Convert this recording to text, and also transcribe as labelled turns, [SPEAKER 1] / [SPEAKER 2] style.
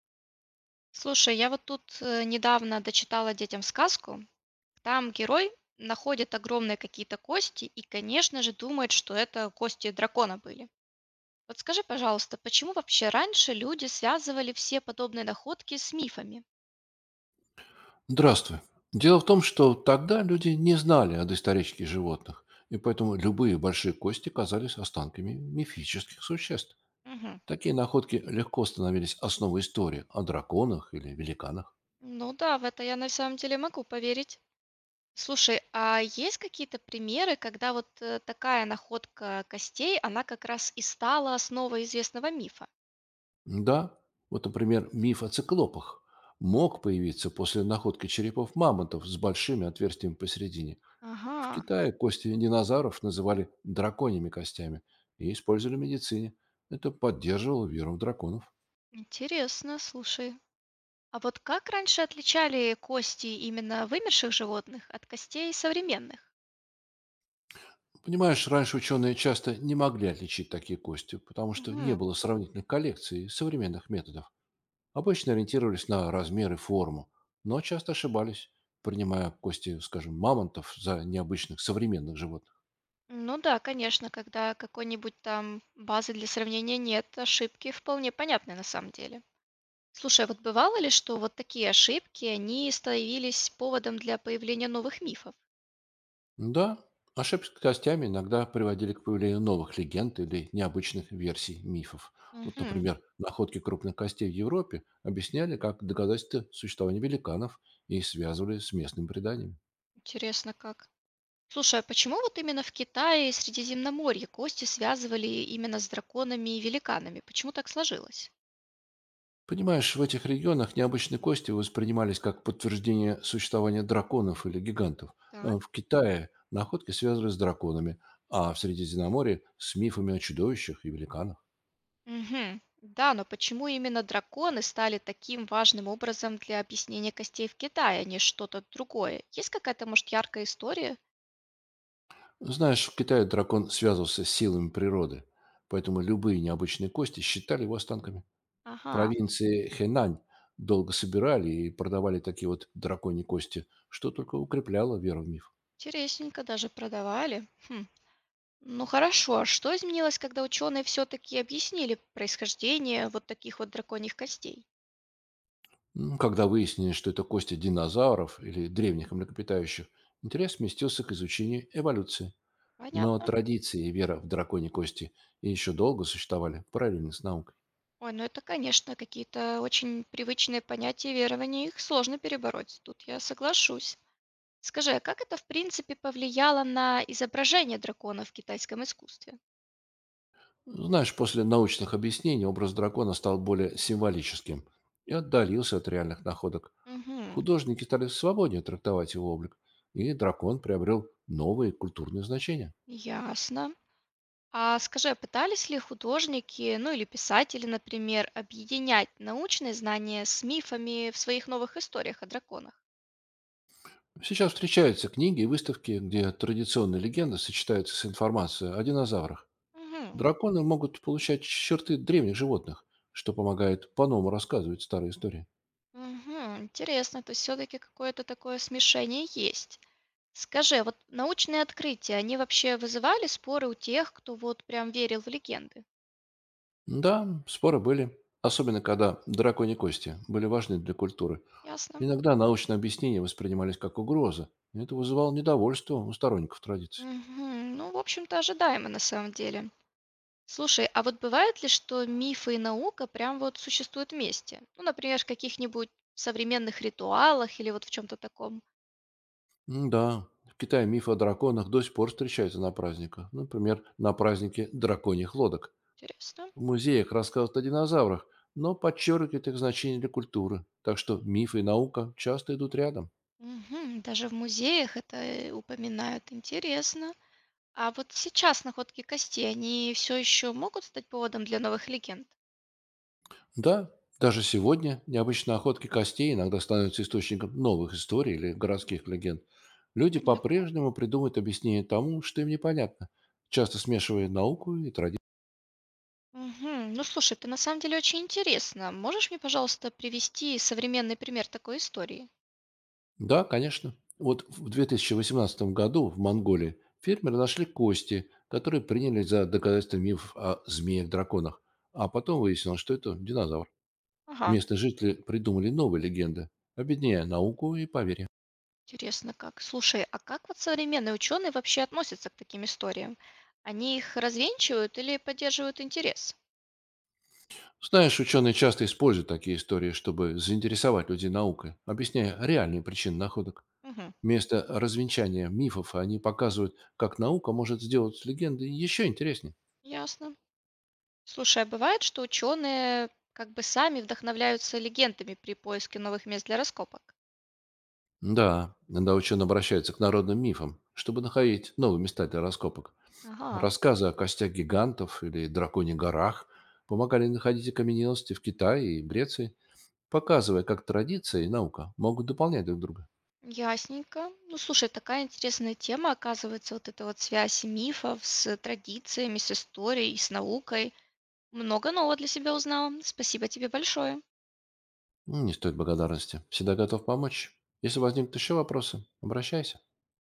[SPEAKER 1] Слушай, я вот тут недавно дочитала детям сказку. Там герой находит огромные какие-то кости и, конечно же, думает, что это кости дракона были. Вот скажи, пожалуйста, почему вообще раньше люди связывали все подобные находки с мифами?
[SPEAKER 2] Здравствуй. Дело в том, что тогда люди не знали о доисторических животных, и поэтому любые большие кости казались останками мифических существ.
[SPEAKER 1] Мгм.
[SPEAKER 2] Такие находки легко становились основой истории о драконах или великанах.
[SPEAKER 1] Ну да, в это я на самом деле могу поверить. Слушай, а есть какие-то примеры, когда вот такая находка костей, она как раз и стала основой известного мифа?
[SPEAKER 2] Да, вот, например, миф о циклопах мог появиться после находки черепов мамонтов с большими отверстиями посередине. В
[SPEAKER 1] Ага,
[SPEAKER 2] Китае кости динозавров называли драконьими костями и использовали в медицине. Это поддерживало веру в драконов.
[SPEAKER 1] интересно, слушай. А вот как раньше отличали кости именно вымерших животных от костей современных?
[SPEAKER 2] Понимаешь, раньше ученые часто не могли отличить такие кости, потому что не
[SPEAKER 1] Мгм.
[SPEAKER 2] было сравнительных коллекций и современных методов. Обычно ориентировались на размер и форму, но часто ошибались, принимая кости, скажем, мамонтов за необычных современных животных.
[SPEAKER 1] Ну да, конечно, когда какой-нибудь там базы для сравнения нет, ошибки вполне понятны на самом деле. Слушай, а вот бывало ли, что вот такие ошибки, они становились поводом для появления новых мифов?
[SPEAKER 2] Да, ошибки с костями иногда приводили к появлению новых легенд или необычных версий мифов. Вот,
[SPEAKER 1] Мгм.
[SPEAKER 2] например, находки крупных костей в Европе объясняли как доказательство существования великанов и связывали с местными преданиями.
[SPEAKER 1] Интересно как. Слушай, а почему вот именно в Китае и Средиземноморье кости связывали именно с драконами и великанами? Почему так сложилось?
[SPEAKER 2] Понимаешь, в этих регионах необычные кости воспринимались как подтверждение существования драконов или гигантов. Э,
[SPEAKER 1] Так.
[SPEAKER 2] В Китае находки связывали с драконами, а в Средиземноморье – с мифами о чудовищах и великанах.
[SPEAKER 1] Мгм. Да, но почему именно драконы стали таким важным образом для объяснения костей в Китае, а не что-то другое? Есть какая-то, может, яркая история?
[SPEAKER 2] Знаешь, в Китае дракон связывался с силами природы, поэтому любые необычные кости считали его останками.
[SPEAKER 1] Ага,
[SPEAKER 2] Провинции Хэнань долго собирали и продавали такие вот драконьи кости, что только укрепляло веру в миф.
[SPEAKER 1] интересненько, даже продавали. Хм. Ну хорошо, а что изменилось, когда ученые все-таки объяснили происхождение вот таких вот драконьих костей?
[SPEAKER 2] Когда выяснили, что это кости динозавров или древних млекопитающих, интерес сместился к изучению эволюции. Но
[SPEAKER 1] Понятно.
[SPEAKER 2] традиции и вера в драконьи кости еще долго существовали параллельно с наукой.
[SPEAKER 1] Ой, ну это, конечно, какие-то очень привычные понятия и верования, их сложно перебороть. Тут я соглашусь. Скажи, а как это, в принципе, повлияло на изображение дракона в китайском искусстве?
[SPEAKER 2] Ну, знаешь, после научных объяснений образ дракона стал более символическим и отдалился от реальных находок.
[SPEAKER 1] Угу.
[SPEAKER 2] Художники стали свободнее трактовать его облик, и дракон приобрел новые культурные значения.
[SPEAKER 1] Ясно. А скажи, а пытались ли художники, ну или писатели, например, объединять научные знания с мифами в своих новых историях о драконах?
[SPEAKER 2] Сейчас встречаются книги и выставки, где традиционные легенды сочетаются с информацией о динозаврах.
[SPEAKER 1] Угу,
[SPEAKER 2] Драконы могут получать черты древних животных, что помогает по-новому рассказывать старые истории.
[SPEAKER 1] угу, интересно, то есть все-таки какое-то такое смешение есть. Скажи, а вот научные открытия, они вообще вызывали споры у тех, кто вот прям верил в легенды?
[SPEAKER 2] Да, споры были, особенно когда драконьи кости были важны для культуры.
[SPEAKER 1] Ясно.
[SPEAKER 2] Иногда научные объяснения воспринимались как угроза, и это вызывало недовольство у сторонников традиций.
[SPEAKER 1] Мгм. Ну, в общем-то, ожидаемо на самом деле. Слушай, а вот бывает ли, что мифы и наука прям вот существуют вместе? Ну, например, в каких-нибудь современных ритуалах или вот в чем-то таком.
[SPEAKER 2] Да, в Китае мифы о драконах до сих пор встречаются на праздниках. Например, на празднике драконьих лодок.
[SPEAKER 1] Интересно.
[SPEAKER 2] В музеях рассказывают о динозаврах, но подчеркивают их значение для культуры. Так что мифы и наука часто идут рядом.
[SPEAKER 1] Мгм. Даже в музеях это упоминают. Интересно. А вот сейчас находки костей, они все еще могут стать поводом для новых легенд?
[SPEAKER 2] Да, даже сегодня необычные охотки костей иногда становятся источником новых историй или городских легенд. Люди
[SPEAKER 1] Понятно.
[SPEAKER 2] по-прежнему придумывают объяснение тому, что им непонятно, часто смешивая науку и традицию.
[SPEAKER 1] Мгм. Ну, слушай, ты на самом деле очень интересно. Можешь мне, пожалуйста, привести современный пример такой истории?
[SPEAKER 2] Да, конечно. Вот в 2018 году в Монголии фермеры нашли кости, которые приняли за доказательство мифов о змеях-драконах. А потом выяснилось, что это динозавр.
[SPEAKER 1] Ага.
[SPEAKER 2] Местные жители придумали новые легенды, объединяя науку и поверье.
[SPEAKER 1] Интересно как. Слушай, а как вот современные ученые вообще относятся к таким историям? Они их развенчивают или поддерживают интерес?
[SPEAKER 2] Знаешь, ученые часто используют такие истории, чтобы заинтересовать людей наукой, объясняя реальные причины находок.
[SPEAKER 1] Мгм.
[SPEAKER 2] Вместо развенчания мифов они показывают, как наука может сделать легенды еще интереснее.
[SPEAKER 1] Ясно. Слушай, а бывает, что ученые как бы сами вдохновляются легендами при поиске новых мест для раскопок?
[SPEAKER 2] Да, иногда ученые обращаются к народным мифам, чтобы находить новые места для раскопок.
[SPEAKER 1] Ага,
[SPEAKER 2] Рассказы о костях гигантов или драконе горах помогали находить окаменелости в Китае и Греции, показывая, как традиции и наука могут дополнять друг друга.
[SPEAKER 1] ясненько. Ну, слушай, такая интересная тема, оказывается, вот эта вот связь мифов с традициями, с историей, с наукой. Много нового для себя узнала. Спасибо тебе большое.
[SPEAKER 2] Не стоит благодарности. Всегда готов помочь. Если возникнут еще вопросы, обращайся.